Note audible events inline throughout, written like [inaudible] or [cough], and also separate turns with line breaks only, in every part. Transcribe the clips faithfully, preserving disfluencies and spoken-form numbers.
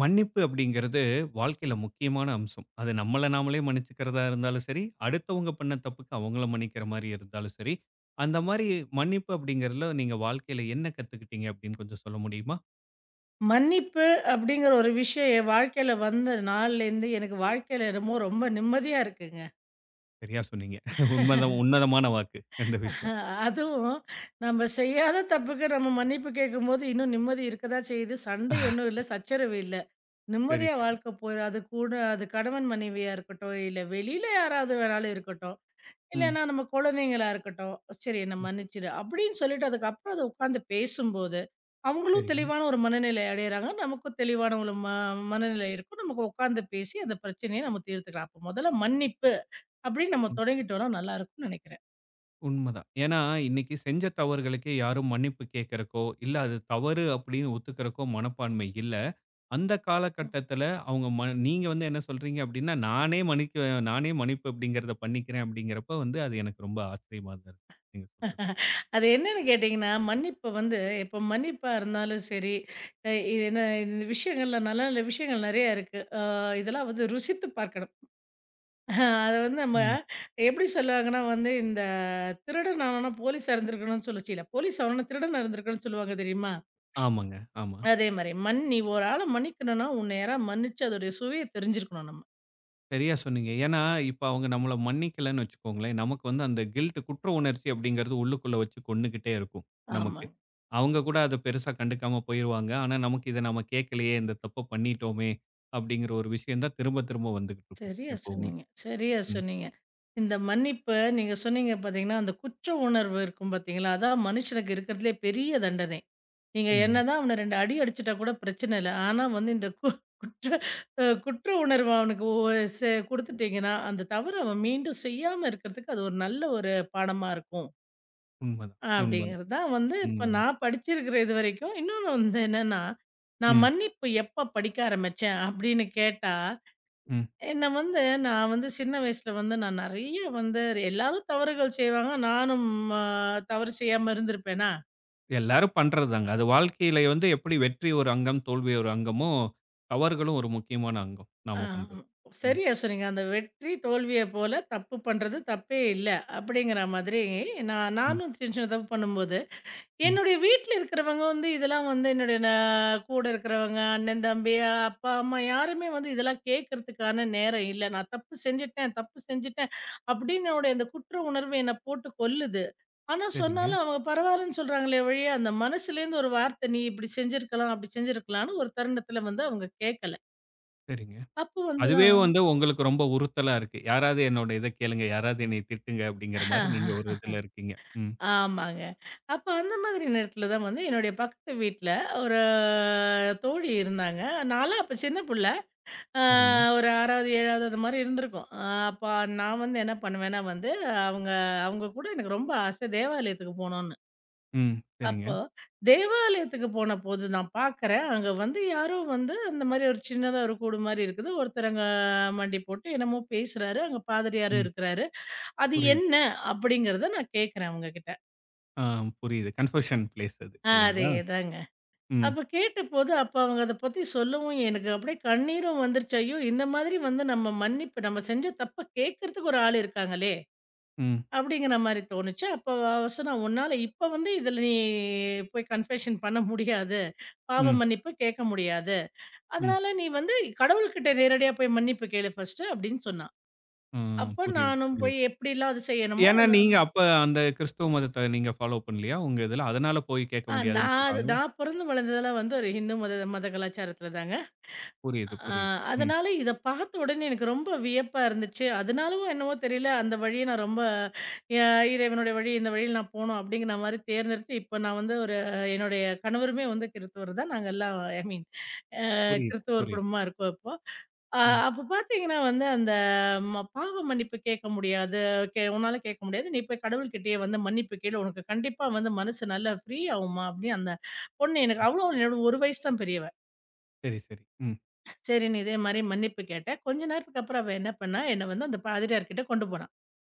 மன்னிப்பு அப்படிங்கிறது வாழ்க்கையில முக்கியமான அம்சம். அது நம்மள நாமளே மன்னிச்சுக்கிறதா இருந்தாலும் சரி, அடுத்தவங்க பண்ண தப்புக்கு அவங்கள மன்னிக்கிற மாரி இருந்தாலும் சரி, அந்த மாரி மன்னிப்பு அப்படிங்கிறதுல நீங்க வாழ்க்கையில என்ன கத்துக்கிட்டீங்க அப்படின்னு கொஞ்சம் சொல்ல முடியுமா?
மன்னிப்பு அப்படிங்கிற ஒரு விஷயம் என் வாழ்க்கையில வந்த நாள்லேருந்து எனக்கு வாழ்க்கையில என்னமோ ரொம்ப நிம்மதியா இருக்குங்க.
சரியா சொன்னீங்க. உண்மதான் உன்னதமான வாக்கு இந்த விஷயம்.
அஹ் அதுவும் நம்ம செய்யாத தப்புக்கு நம்ம மன்னிப்பு கேட்கும்போது இன்னும் நிம்மதி இருக்கதா செய்யுது. சண்டை ஒண்ணும் இல்ல, சச்சரவு இல்ல.
சரி,
நிம்மதியா
சரி.
வாழ்க்கை போயிரும். அது கூட அது கணவன் மனைவியா இருக்கட்டும், இல்ல வெளியில யாராவது வேணாலும் இருக்கட்டும்.
ம்,
இல்லன்னா நம்ம குழந்தைங்களா இருக்கட்டும், "சரி என்ன
ம்.
மன்னிச்சுரு" அப்படின்னு சொல்லிட்டு அதுக்கப்புறம் அத உட்கார்ந்து பேசும்போது, அவங்களும்
சரிங்க.
தெளிவான ஒரு மனநிலை அடையறாங்க. நமக்கும் தெளிவான ஒரு ம மனநிலை இருக்கும். நமக்கு உட்கார்ந்து பேசி அந்த பிரச்சனைய நம்ம தீர்த்துக்கலாம். அப்ப முதல்ல மன்னிப்பு அப்படின்னு நம்ம
ம்.
தொடங்கிட்டோம்னா நல்லாயிருக்கும்னு நெனைக்கிறேன்.
உண்மதான். ஏன்னா இன்னைக்கு செஞ்ச தவறுகளுக்கே யாரும் மன்னிப்பு கேட்கறக்கோ, இல்ல அது தவறு அப்படின்னு ஒத்துக்கிறக்கோ மனப்பான்மை இல்ல. அந்த காலகட்டத்துல அவங்க ம நீங்க வந்து என்ன சொல்றீங்க அப்படின்னா, நானே மன்னிக்க நானே மன்னிப்பு அப்படிங்கிறத பண்ணிக்கிறேன் அப்படிங்கிறப்ப வந்து அது எனக்கு ரொம்ப ஆச்சரியமா தான் இருக்கு. நீங்க சொல்றது.
அது என்னன்னு கேட்டீங்கன்னா, மன்னிப்பு வந்து இப்ப மன்னிப்பா இருந்தாலும் சரி, அ இது என்ன இந்த விஷயங்கள்ல நல்ல நல்ல விஷயங்கள் நெறைய இருக்கு. அ இதெல்லாம் வந்து ருசித்து பார்க்கணும். அத வந்து நம்ம
ம்.
எப்படி சொல்லுவாங்கன்னா வந்து, இந்த திருடன் ஆனானா போலீஸா இருந்திருக்கணும்னு சொல்லுச்சு இல்ல, போலீஸ் ஆனானா திருடனா இருந்திருக்கணும்னு சொல்லுவாங்க தெரியுமா?
ஆமாங்க, ஆமா.
அதே மாரி, மன் நீ ஒரு ஆள மன்னிக்கணும்னா, உன்ன யாராவது மன்னிச்சு அதோடைய சுவைய தெரிஞ்சிருக்கணும் நம்ம.
சரியா சொன்னீங்க. ஏன்னா, இப்ப அவங்க நம்மள மன்னிக்கலன்னு வச்சுக்கோங்களேன், நமக்கு வந்து அந்த கில்ட் குற்ற உணர்ச்சி அப்படிங்கிறது உள்ளுக்குள்ள வச்சு கொன்னுகிட்டே இருக்கும், நமக்கு.
ஆமாங்க.
அவங்க கூட அத பெருசா கண்டுக்காம போயிருவாங்க. ஆனா, நமக்கு இத நம்ம கேட்கலையே, இந்த தப்ப பண்ணிட்டோமே அப்படிங்கிற ஒரு விஷயம் தான் திரும்ப திரும்ப வந்துகிட்டு இருக்கும்,
சரியா
எப்பவுமே.
சொன்னீங்க, சரியா
ம்.
சொன்னீங்க. இந்த மன்னிப்பு நீங்க சொன்னீங்க பார்த்தீங்கன்னா, அந்த குற்ற உணர்வு இருக்கும் பார்த்தீங்களா? அதான் மனுஷனுக்கு இருக்கிறதுலே பெரிய தண்டனை. நீங்க
உண்ம.
என்னதான் அவன ரெண்டு அடி அடிச்சுட்டா கூட பிரச்சனை இல்ல. ஆனா வந்து இந்த கு குற்ற அ குற்ற உணர்வு அவனுக்கு ஒ செ குடுத்துட்டீங்கன்னா, அந்த தவற அவன் மீண்டும் செய்யாம இருக்கிறதுக்கு அது ஒரு நல்ல ஒரு பாடமா இருக்கும்.
உண்மதான், உண்மதான்.
அப்படிங்கிறது தான் வந்து இப்ப
ம்.
நான் படிச்சிருக்கிற இதுவரைக்கும். இன்னொன்னு வந்து என்னன்னா, நான்
ம்.
மன்னிப்பு எப்ப படிக்க ஆரம்பிச்சேன் அப்படின்னு கேட்டா,
ம்.
என்ன வந்து நான் வந்து சின்ன வயசுல வந்து நான் நெறைய வந்து எல்லாரும் தவறுகள் செய்வாங்க. நானும் அ தவறு செய்யாம இருந்திருப்பேனா?
எல்லாரும் பண்றதுதாங்க. அது வாழ்க்கையில வந்து எப்படி வெற்றி ஒரு அங்கம், தோல்வி ஒரு அங்கமோ, தவறுகளும் ஒரு முக்கியமான அங்கம்.
ஆ.
நாம பண்றது. ம்.
சரியா சொன்னீங்க. அந்த வெற்றி, தோல்விய போல தப்பு பண்றது தப்பே இல்ல. அப்படிங்கிற மாதிரி நான்
ம்.
நானும் சின்ன சின்ன தப்பு பண்ணும்போது,
ம்.
என்னுடைய வீட்ல இருக்கிறவங்க வந்து இதெல்லாம் வந்து என்னுடைய ந கூட இருக்கிறவங்க, அண்ணன், தம்பி, அப்பா, அம்மா யாருமே வந்து இதெல்லாம் கேட்கறதுக்கான நேரம் இல்ல. நான் தப்பு செஞ்சுட்டேன், தப்பு செஞ்சுட்டேன் அப்படின்னுடைய அந்த குற்ற உணர்வு என்ன போட்டு கொல்லுது. ஆனா
சரிங்க,
சொன்னாலும் அவங்க பரவாயில்லன்னு சொல்றாங்களே ஒழிய, அந்த மனசுலேருந்து ஒரு வார்த்தை, "நீ இப்படி செஞ்சிருக்கலாம், அப்படி செஞ்சிருக்கலாம்ன்னு" ஒரு தருணத்தில வந்து அவங்க கேட்கல.
சரிங்க.
அப்போ வந்து
அதுவே
தான்
வந்து உங்களுக்கு ரொம்ப உறுத்தலா இருக்கு. யாராவது என்னோட இத கேளுங்க, யாராவது என்னைய திட்டுங்க அப்படிங்கிற மாரி நீங்க ஒரு
[laughs]
இதுல இருக்கீங்க. ம்.
ஆமாங்க. அப்ப அந்த மாதிரி நேரத்துல தான் வந்து என்னுடைய பக்கத்து வீட்ல ஒரு தோழி இருந்தாங்க. நான்லாம் அப்ப சின்ன புள்ள. அ
சரிங்க.
ஒரு ஆறாவது, ஏழாவது அது மாரி இருந்திருக்கும். அ அப்ப நான் வந்து என்ன பண்ணுவேன்னா வந்து, அவங்க அவங்க கூட எனக்கு ரொம்ப ஆசை தேவாலயத்துக்கு போணும்னு.
ம். சரிங்க.
அப்போ தேவாலயத்துக்கு போனபோது நான் பார்க்குறேன், அங்க வந்து யாரோ வந்து அந்த மாரி ஒரு சின்னதா ஒரு கூடு மாரி இருக்குது. ஒருத்தர் அங்க மண்டி போட்டு என்னமோ பேசுறாரு. அங்க பாதிரியாரும்
ம்.
இருக்கிறாரு. "அது
புரியுது.
என்ன?" அப்படிங்கிறத நான் கேட்கிறேன் அவங்ககிட்ட.
ஆ புரியுது. கன்வர்ஷன் பிளேஸ் அது இல்லைங்களா?
அதேதாங்க.
ம்.
அப்ப கேட்டபோது, அப்ப அவங்க அத பத்தி சொல்லவும் எனக்கு அப்படியே கண்ணீரும் வந்துருச்சு. ஐயோ! இந்த மாதிரி வந்து நம்ம மன்னிப்பு நம்ம செஞ்ச தப்ப கேட்கறதுக்கு ஒரு ஆள் இருக்காங்களே!
ம்.
அப்படிங்கிற மாரி தோணுச்சு. அப்ப அவ சொன்னா, "உன்னால இப்ப வந்து இதுல நீ போய் கன்ஃபெஷன் பண்ண முடியாது. பாவ
ம்.
மன்னிப்பு கேட்க முடியாது.
ம்.
அதனால நீ வந்து கடவுள்கிட்ட நேரடியா போய் மன்னிப்பு கேளு ஃபர்ஸ்ட்டு" அப்படின்னு சொன்னா.
ஆ
அப்ப
புரியுது,
நானும் போய்
புரியுது.
எப்படிலாம் அது செய்யணுமோ,
ஏன்னா,
அத
நீங்க அப்ப அந்த கிறிஸ்துவ மதத்த நீங்க ஃபாலோ பண்ணலையா? உங்க இதுல. அதனால போய் கேட்க
ஆ
முடியாதுன்னு
நான் அது
சொல்றாங்களா?
நான் பொறந்து வளர்ந்ததெல்லாம் வந்து ஒரு ஹிந்து மத மத கலாச்சாரத்துல தாங்க.
புரியுது,
ஆ
புரியுது. ம்.
அதனால இத பார்த்த உடனே எனக்கு ரொம்ப வியப்பா இருந்துச்சு. அதனாலவோ என்னவோ தெரியல, அந்த வழிய நான் ரொம்ப அ இறைவனுடைய வழி இந்த வழியில நான் போணும் அப்படிங்கிற மாரி தேர்ந்தெடுத்து, இப்ப நான் வந்து ஒரு என்னுடைய கணவருமே வந்து கிறிஸ்தவர் தான். நாங்க எல்லாம் ஐ மீன் அ
புரியுது,
கிறிஸ்தவர்
புரியுது.
குடும்பமா இருக்கோம் இப்போ. அ
ம்.
அப்ப பார்த்தீங்கன்னா வந்து அந்த ம பாவ மன்னிப்பு கேட்க முடியாது. கே உன்னால கேட்க முடியாது. நீ போய் கடவுள்கிட்டயே வந்து மன்னிப்பு கேளு. உனக்கு கண்டிப்பா வந்து மனசு நல்லா ஃப்ரீ ஆகும்மா அப்படின்னு அந்த பொண்ணு எனக்கு
ம்.
அவளும் என்னோட ஒரு வயசு தான் பெரியவ.
சரி, சரி. ம்.
சரின்னு இதே மாரி மன்னிப்பு கேட்டேன். கொஞ்ச நேரத்துக்கு அப்புறம் அவ என்ன பண்ணா, என்ன வந்து அந்த பாதிரியார் கிட்ட கொண்டு போனா.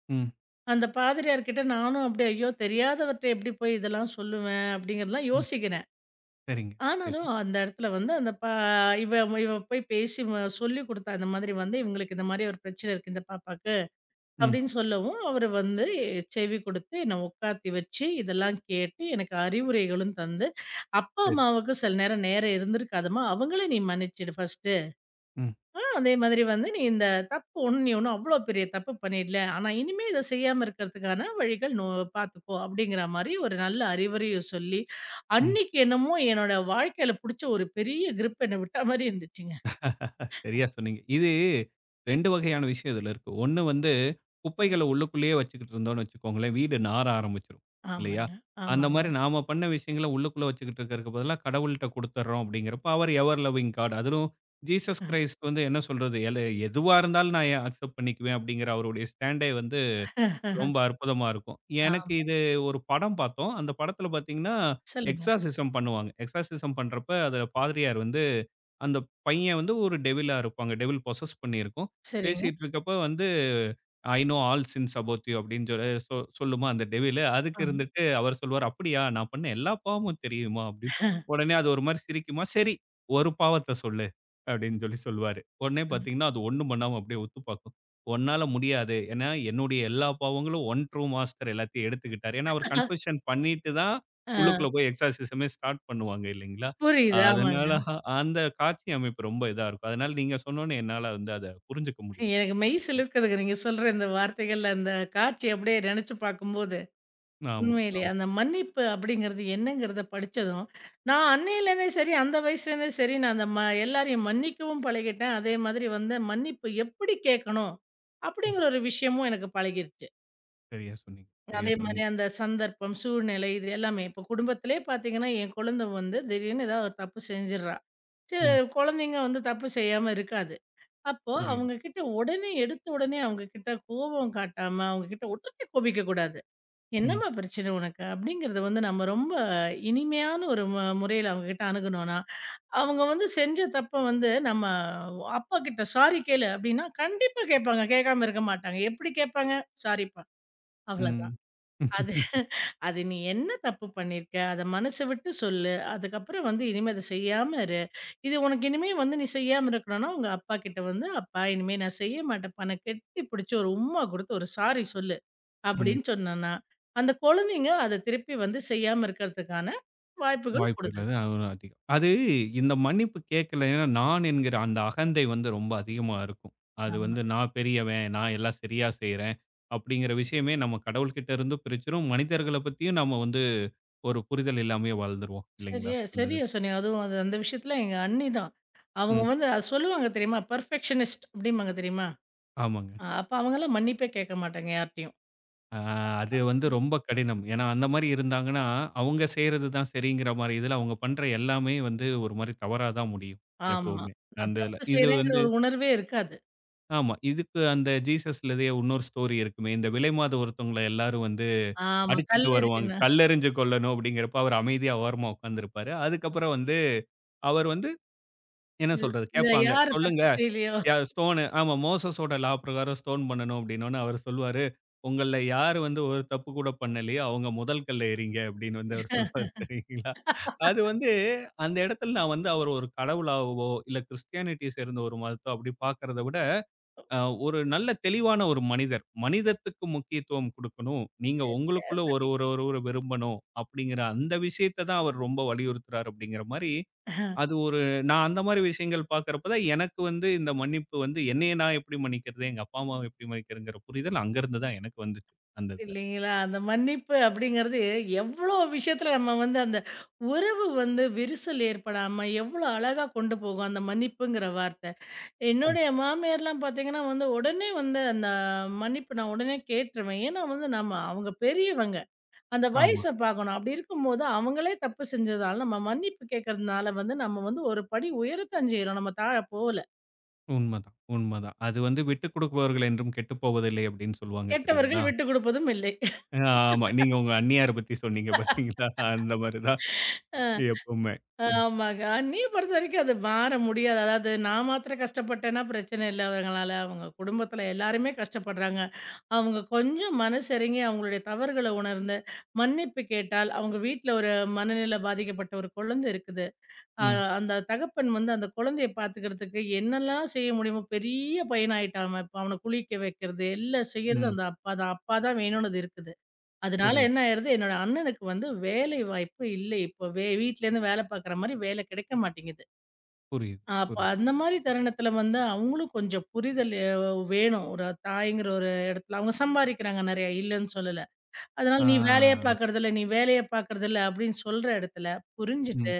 ம்.
அந்த பாதிரியார் கிட்ட நானும் அப்படியே, ஐயோ! தெரியாதவர்ட்ட எப்படி போய் இதெல்லாம் சொல்லுவேன்? அப்படிங்கிறதெல்லாம்
ம்.
யோசிக்கிறேன்.
சரிங்க. சரி.
ஆனாலும் அந்த இடத்துல வந்து அந்த பா இவ இவ போய் பேசி ம சொல்லிக் குடுத்தா, இந்த மாதிரி வந்து இவங்களுக்கு இந்த மாரி ஒரு பிரச்சனை இருக்கு இந்த பாப்பாக்கு.
ம்.
அப்படின்னு சொல்லவும், அவரு வந்து செவி குடுத்து என்ன உட்காத்தி வச்சு, இதெல்லாம் கேட்டு எனக்கு அறிவுரைகளும் தந்து, அப்பா,
சரி.
அம்மாவுக்கு சில நேரம் நேரம் இருந்திருக்காதும்மா. அவங்கள நீ மன்னிச்சிடு ஃபர்ஸ்ட்.
ம்.
ஆ அதே மாதிரி வந்து நீ இந்த தப்பு ஒண்ணு நீ ஒண்ணும் அவ்ளோ பெரிய தப்பு பண்ணிடல. ஆனா இனிமே இத செய்யாம இருக்கிறதுக்கான வழிகள் நோ பார்த்துக்கோ அப்படிங்கிற மாரி ஒரு நல்ல அறிவுரையும் சொல்லி,
ம்.
அன்னைக்கு என்னமோ என்னோட வாழ்க்கையில புடிச்ச ஒரு பெரிய கிரிப் என்ன விட்டா மாரி இருந்துச்சுங்க.
சரியா சொன்னீங்க. இது ரெண்டு வகையான விஷயம் இதுல இருக்கு. ஒண்ணு வந்து குப்பைகள உள்ளுக்குள்ளேயே வச்சுக்கிட்டு இருந்தோம்னு வச்சுக்கோங்களேன், வீடு நாற ஆரம்பிச்சுரும் இல்லையா?
ஆமாங்க,
அந்த
ஆமாங்க.
மாரி நாம பண்ண விஷயங்கள உள்ளுக்குள்ள வச்சுக்கிட்டு இருக்கிறதுக்கு பதிலா கடவுள்ட்ட குடுத்துடுறோம் அப்படிங்கிறப்ப, அவர் எவர் லவ்விங் காட் அதிலும் ஜீசஸ் கிரைஸ்ட் வந்து என்ன சொல்றது? எல எதுவா இருந்தாலும் நான் ஏன் அக்செப்ட் பண்ணிக்குவேன் அப்படிங்கிற அவருடைய ஸ்டாண்டே வந்து ரொம்ப
[laughs]
அற்புதமா இருக்கும். எனக்கு
ஆமா.
இது ஒரு படம் பார்த்தோம். அந்த படத்துல பார்த்தீங்கன்னா,
சொல்லுங்க.
எக்ஸார்சிசம் பண்ணுவாங்க. எக்ஸார்சிசம் பண்றப்ப அதுல பாதிரியார் வந்து, அந்த பையன் வந்து ஒரு டெவிலா இருப்பாங்க. டெவில் பொசஸ் பண்ணியிருக்கும்.
சரிங்க.
பேசிட்டு இருக்கப்ப வந்து, "I know all sins about you" அப்படின்னு சொல்லி சொ சொல்லுமா அந்த டெவிலு. அதுக்கு
ஆமா.
இருந்துட்டு அவர் சொல்லுவாரு, "அப்படியா? நான் பண்ண எல்லா பாவமும் தெரியுமா?" அப்படின்னு. உடனே அது ஒரு மாரி சிரிக்குமா, "சரி, ஒரு பாவத்த சொல்லு" அப்படின்னு சொல்லி சொல்லுவாரு. உடனே
ம்.
பார்த்தீங்கன்னா, அது ஒண்ணும் பண்ணாம அப்படியே உத்து பார்க்கும். "உன்னால முடியாது. ஏன்னா, என்னுடைய எல்லா பாவங்களும் ஒன் ட்ரூ மாஸ்டர் எல்லாத்தையும் எடுத்துக்கிட்டாரு." ஏன்னா, அவர் கன்ஃபெஷன் பண்ணிட்டு தான்
ஆ
உள்ளுக்குள்ள போய் எக்ஸார்சிஸமே ஸ்டார்ட் பண்ணுவாங்க இல்லைங்களா?
புரியுது.
அஹ்
ஆமாங்க.
அதனால அ- அந்த காட்சி அமைப்பு ரொம்ப இதா இருக்கும். அதனால நீங்க சொன்னோனே என்னால வந்து அத புரிஞ்சுக்க முடியுது.
எனக்கு மெய் சிலிர்க்குதுங்க. நீங்க சொல்ற இந்த வார்த்தைகள்ல அந்த காட்சி அப்படியே நெனச்சு பார்க்கும்போது.
ஆமா,
உண்மையிலேயே
ஆமா.
அந்த மன்னிப்பு அப்படிங்கிறது என்னங்கிறத படிச்சதும், நான் அன்னையிலேருந்தே சரி, அந்த வயசுலேருந்தே சரி, நான் அந்த ம எல்லாரையும் மன்னிக்கவும் பழகிட்டேன். அதே மாதிரி வந்து மன்னிப்பு எப்படி கேட்கணும்?
ம்.
அப்படிங்கிற ஒரு விஷயமும் எனக்கு பழகிருச்சு.
சரியா சொன்னீங்க சரியா
அதே
சொன்னீங்க.
மாதிரி அந்த சந்தர்ப்பம், சூழ்நிலை இது எல்லாமே. இப்போ குடும்பத்திலே பார்த்தீங்கன்னா, என் குழந்தை வந்து திடீர்னு ஏதாவது ஒரு தப்பு செஞ்சிடுறா. சரி
ம்.
குழந்தைங்க வந்து தப்பு செய்யாம இருக்காது. அப்போ
புரியுது.
அவங்க கிட்ட உடனே எடுத்த உடனே அவங்க கிட்ட கோபம் காட்டாம, அவங்க கிட்ட உடனே கோபிக்கக்கூடாது.
ம்.
என்னம்மா பிரச்சனை உனக்கு? அப்படிங்கிறத வந்து நம்ம ரொம்ப இனிமையான ஒரு மு முறையில அவங்ககிட்ட அணுகுனோம்னா, அவங்க வந்து செஞ்ச தப்ப வந்து நம்ம அப்பா கிட்ட சாரி கேளு அப்படின்னா, கண்டிப்பா கேட்பாங்க. கேட்காம இருக்க மாட்டாங்க. எப்படி கேட்பாங்க? சாரிப்பா.
ம்.
அவ்வளதான். அது
[laughs]
அது நீ என்ன தப்பு பண்ணியிருக்க? அத மனசு விட்டு சொல்லு. அதுக்கப்புறம் வந்து இனிமே அத செய்யாம இரு. இது உனக்கு இனிமே வந்து நீ செய்யாம இருக்கணும்னா, உங்க அப்பா கிட்ட வந்து, "அப்பா இனிமே நான் செய்ய மாட்டேன்ப்பா" ன்னு கெட்டி பிடிச்சு ஒரு உம்மா குடுத்து ஒரு சாரி சொல்லு. அப்படின்னு சொன்னேன்னா, அந்த குழந்தைங்க அத திருப்பி வந்து செய்யாம இருக்கிறதுக்கான வாய்ப்புகள்
வாய்ப்பு
கூடுதல்.
இல்லது. அது ஒரு அதிகம். அது இந்த மன்னிப்பு கேட்கலைன்னா, நான் என்கிற அந்த அகந்தை வந்து ரொம்ப அதிகமா இருக்கும். அது
ஆமா.
வந்து நான் பெரியவன், நான் எல்லாம் சரியா செய்றேன் அப்படிங்கிற விஷயமே நம்ம கடவுள்கிட்ட இருந்து பிரிச்சுரும். மனிதர்கள பத்தியும் நம்ம வந்து ஒரு புரிதல் இல்லாமயே வாழ்ந்துருவோம் இல்லைங்களா?
சரியா
அந்த இது.
சரியா சொன்னீங்க. அதுவும் அது அந்த விஷயத்துல எங்க அண்ணி தான். அவங்க
ம்.
வந்து அத சொல்லுவாங்க தெரியுமா? பெர்ஃபெக்ஷனிஸ்ட் அப்படிம்பாங்க தெரியுமா?
ஆமாங்க.
அ அப்ப அவங்கலாம் மன்னிப்பே கேட்க மாட்டாங்க யார்ட்டயும்.
அ அது வந்து ரொம்ப கடினம். ஏன்னா அந்த மாரி இருந்தாங்கன்னா, அவங்க செய்றது தான் சரிங்கிற மாரி இதுல அவங்க பண்ற எல்லாமே வந்து ஒரு மாரி தவறா தான் முடியும்
ஆமா.
எப்பவுமே.
நான்
அந்த இதுல.
தப்பு
இது
செய்றேங்கிற
வந்து
ஒரு உணர்வே இருக்காது.
ஆமா. இதுக்கு அந்த ஜீசஸ்லயே இன்னொரு ஸ்டோரி இருக்குமே. இந்த விலைமாது ஒருத்தவங்கள எல்லாரும் வந்து
ஆமா.
அடிச்சுட்டு வருவாங்க.
கல்லெறியுனா.
கல்லெறிஞ்சு கொல்லணும் அப்படிங்கிறப்ப அவர் அமைதியா ஓரமா உட்கார்ந்திருப்பாரு. அதுக்கப்புறம் வந்து அவர் வந்து என்ன
இது
சொல்றது?
இத
கேட்பாங்க.
யாரு
சொல்லுங்க
தப்பு செய்யலையோ.
யா ஸ்டோனு ஆமா மோசஸோட லா பிரகாரம் ஸ்டோன் பண்ணணும் அப்படின்னோனே அவர் சொல்லுவாரு. உங்கள்ல யார் வந்து ஒரு தப்பு கூட பண்ணலையோ அவங்க முதல் கல்ல எறிங்க அப்படின்னு வந்து அவர் சொல்லுவாரு தெரியுங்களா? அது வந்து அந்த இடத்துல நான் வந்து அவர் ஒரு கடவுளாகவோ, இல்ல கிறிஸ்டியானிட்டி சேர்ந்த ஒரு மதத்த அப்படி பார்க்கிறத விட அ ஒரு நல்ல தெளிவான ஒரு மனிதர். மனிதத்துக்கு முக்கியத்துவம் குடுக்கணும். நீங்க
சரியா
உங்களுக்குள்ள ஒரு
சொன்னீங்க.
ஒரு ஒருவர விரும்பணும். அப்படிங்கிற அந்த விஷயத்த தான் அவர் ரொம்ப வலியுறுத்துறார் அப்படிங்கிற மாரி, அது ஒரு நான் அந்த மாரி விஷயங்கள் பார்க்கிறப்ப தான் எனக்கு வந்து இந்த மன்னிப்பு வந்து என்னைய நான் எப்படி மன்னிக்கிறது? எங்க அப்பா, அம்மாவ எப்படி மன்னிக்கிறதுங்கிற புரிதல் அங்கருந்து தான் எனக்கு வந்துச்சு. அந்த இதுல.
இல்லைங்களா? அந்த மன்னிப்பு அப்படிங்கிறது எவ்வளோ விஷயத்துல நம்ம வந்து அந்த உறவு வந்து விரிசல் ஏற்படாம எவ்வளோ அழகா கொண்டு போகும் அந்த மன்னிப்புங்கிற வார்த்தை.
ம்.
என்னுடைய மாமியார்லாம் பார்த்தீங்கன்னா வந்து உடனே வந்து அந்த மன்னிப்பு நான் உடனே கேட்டுருவேன். ஏன்னா வந்து நம்ம அவங்க பெரியவங்க. அந்த
ஆமா.
வயச பார்க்கணும். அப்படி இருக்கும்போது அவங்களே தப்பு செஞ்சதால நம்ம மன்னிப்பு கேட்கறதுனால வந்து நம்ம வந்து ஒரு படி உயரத்தான் செய்றோம். நம்ம தாழ போகல.
உண்மதான், உண்மதான். அது வந்து "விட்டுக் கொடுப்பவர்கள் என்றும் கெட்டுப் போவதில்லை" அப்படின்னு சொல்லுவாங்க தெரியுங்களா?
கெட்டவர்கள் விட்டுக் குடுப்பதும் இல்லை.
ஆமா. நீங்க உங்க அண்ணியார பத்தி சொன்னீங்க பார்த்தீங்களா? அந்த மாரி தான்
அ.
எப்பவுமே. ம்.
ஆமாங்க. அந்நிய பொறுத்தவரைக்கும் அது மாற முடியாது. அதாவது நான் மாத்திரம் கஷ்டப்பட்டேன்னா பிரச்சனை இல்ல அவங்களால. அவங்க குடும்பத்தில எல்லாருமே கஷ்டப்படுறாங்க. அவங்க கொஞ்சம் மனசிறங்கி அவங்களுடைய தவறுகள உணர்ந்து, மன்னிப்பு கேட்டால் அவங்க வீட்ல ஒரு மனநிலை பாதிக்கப்பட்ட ஒரு குழந்தை இருக்குது. அ
ம்.
அந்த தகப்பன் வந்து அந்த குழந்தைய பார்த்துக்கிறதுக்கு என்னெல்லாம் செய்ய முடியுமோ பெரிய பையனாயிட்டான் அவன். இப்ப அவன குளிக்க வைக்கிறது, எல்லாம் செய்றது
ம்.
அந்த அப்பா தான். அப்பா தான் வேணும்னு அது இருக்குது. அதனால
புரியுது,
என்ன ஆயிருது, என்னோட அண்ணனுக்கு வந்து வேலை வாய்ப்பு இல்லை. இப்போ வே வீட்லேருந்து வேலை பார்க்குற மாரி வேலை கிடைக்க மாட்டேங்குது.
புரியுது,
அப்ப
புரியுது.
அந்த மாரி தருணத்தில வந்து அவங்களும் கொஞ்சம் புரிதல் அ வேணும். ஒரு தாய்ங்கிற ஒரு இடத்துல அவங்க சம்பாரிக்கிறாங்க நெறையா, இல்லன்னு சொல்லல. அதனால
ஆ.
"நீ வேலைய பார்க்கறதில்ல, நீ வேலைய பார்க்கறதில்ல" அப்படின்னு சொல்ற இடத்துல புரிஞ்சுட்டு,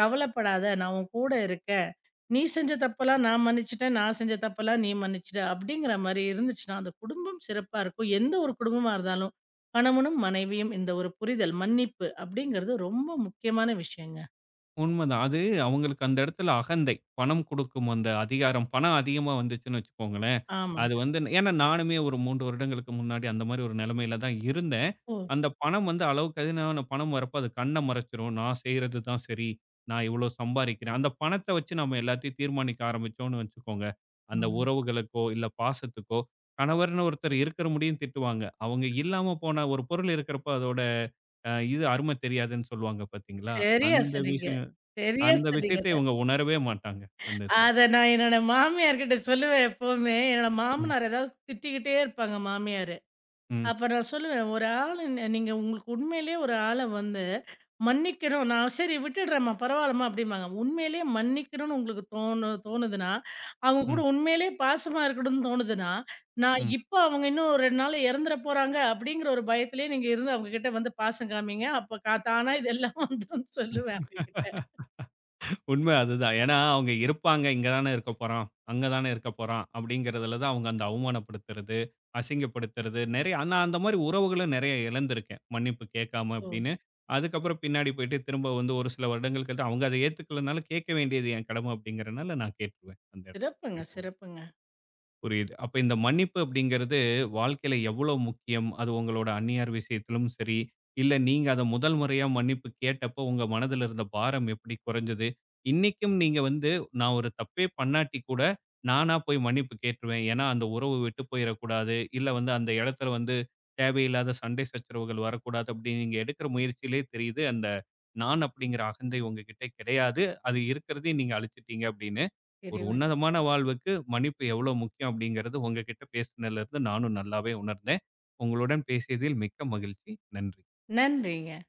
"கவலைப்படாத நான் உன் கூட இருக்கேன்." நீ செஞ்ச தப்பெல்லாம் நான் மன்னிச்சுட்டேன். நான் செஞ்ச தப்பெல்லாம் நீ மன்னிச்சுட்ட. அப்படிங்கிற மாரி இருந்துச்சுன்னா, அந்த குடும்பம் சிறப்பா இருக்கும். எந்த ஒரு குடும்பமா இருந்தாலும், கணவனும், மனைவியும் இந்த ஒரு புரிதல், மன்னிப்பு அப்படிங்கிறது ரொம்ப முக்கியமான விஷயங்க.
உண்மதான். அது அவங்களுக்கு அந்த இடத்துல அகந்தை. பணம் குடுக்கும் அந்த அதிகாரம். பணம் அதிகமா வந்துச்சுன்னு வச்சுக்கோங்களேன், அது
ஆமாங்க.
வந்து ஏன்னா நானுமே ஒரு மூன்று வருடங்களுக்கு முன்னாடி அந்த மாரி ஒரு நிலைமையில தான் இருந்தேன்.
ஓ!
அந்த பணம் வந்து அளவுக்கு அதிகமான பணம் வரப்போ அது கண்ண மறைச்சிரும். நான் செய்றது தான் சரி. நான் இவ்வளோ சம்பாரிக்கிறேன். அந்த பணத்த வச்சு நம்ம எல்லாத்தையும் தீர்மானிக்க ஆரம்பிச்சோம்னு வச்சுக்கோங்க, அந்த
ம்.
உறவுகளுக்கோ, இல்ல பாசத்துக்கோ, கணவர்ன்னு ஒருத்தர் இருக்கிற முடியும் திட்டுவாங்க. அவங்க இல்லாம போன ஒரு பொருள் இருக்கிறப்ப அதோட அ இது அருமை தெரியாதுன்னு சொல்லுவாங்க பார்த்தீங்களா?
சரியா
அந்த
சொன்னீங்க.
விஷயம்
சரியா
அந்த
சொன்னீங்க
விஷயத்த
அத.
இவங்க உணரவே மாட்டாங்க. அந்த இதுல.
அத நான் என்னோட மாமியார்கிட்ட சொல்லுவேன் எப்பவுமே. என்னோட
ம்,
மாமனார் ஏதாவது திட்டிக்கிட்டே இருப்பாங்க மாமியார்.
ம்,
அப்ப நான் சொல்லுவேன், "ஒரு ஆளு ந நீங்க உங்களுக்கு உண்மையிலேயே ஒரு ஆள வந்து மன்னிக்கணும். நான் சரி விட்டுடுறேம்மா, பரவாயில்லம்மா" அப்படிம்பாங்க. உண்மையிலேயே மன்னிக்கணும்னு உங்களுக்கு தோணு தோணுதுன்னா, அவங்க கூட
ம்,
உண்மையிலேயே பாசமா இருக்கணும்னு தோணுதுன்னா, நான்
ம்.
இப்போ அவங்க இன்னும் ஒரு ரெண்டு நாள்ல இறந்துற போறாங்க அப்படிங்கிற ஒரு பயத்திலேயே நீங்க இருந்து அவங்க கிட்ட வந்து பாசம் காமிங்க. அப்ப கா தானா இதெல்லாம் [laughs] வந்துரும்னு சொல்லுவேன் அவங்க கிட்ட.
உண்மை அதுதான். ஏன்னா அவங்க இருப்பாங்க. இங்க தானே இருக்க போறான். அங்க தானே இருக்க போறான். அப்படிங்கிறதுல தான் அவங்க அந்த அவமானப்படுத்துறது, அசிங்கப்படுத்துறது நெறைய நான் அந்த மாரி உறவுகள நெறைய இழந்திருக்கேன். மன்னிப்பு கேட்காம
ஓ!
அப்படின்னு. அதுக்கப்புறம் பின்னாடி போயிட்டு திரும்ப வந்து ஒரு சில வருடங்கள் கழித்து அவங்க அத ஏத்துக்கலனாலும் கேட்க வேண்டியது என் கடமை அப்படிங்கிறனால நான் கேட்டுருவேன். அந்த இடத்துல
சிறப்புங்க,
எப்பவுமே.
சிறப்புங்க.
புரியுது. அப்ப இந்த மன்னிப்பு அப்படிங்கிறது வாழ்க்கையில எவ்வளவு முக்கியம்? அது உங்களோட அந்நியார் விஷயத்திலும் சரி, இல்ல நீங்க அத முதல் முறையா மன்னிப்பு கேட்டப்போ உங்க மனதில இருந்த பாரம் எப்படி குறைஞ்சது? இன்னைக்கும் நீங்க வந்து நான் ஒரு தப்பே பண்ணாட்டி கூட, நானா போய் மன்னிப்பு கேட்டுருவேன். ஏன்னா அந்த உறவு விட்டு போயிறக்கூடாது. இல்ல வந்து அந்த இடத்துல வந்து தேவையில்லாத சண்டை சச்சரவுகள் வரக்கூடாது அப்படின்னு நீங்க எடுக்கிற முயற்சியிலே தெரியுது. அந்த நான் அப்படிங்கிற அகந்தை உங்ககிட்ட கிடையாது. அது இருக்கிறதையும் நீங்க அழிச்சிட்டீங்க அப்படின்னு. ஒரு
இறைவன்
உன்னதமான வாழ்வுக்கு மன்னிப்பு எவ்வளோ முக்கியம் அப்படிங்கிறது உங்ககிட்ட பேசினதுல இருந்து நானும் நல்லாவே உணர்ந்தேன். உங்களுடன் பேசியதில் மிக்க மகிழ்ச்சி. நன்றி.
நன்றிங்க.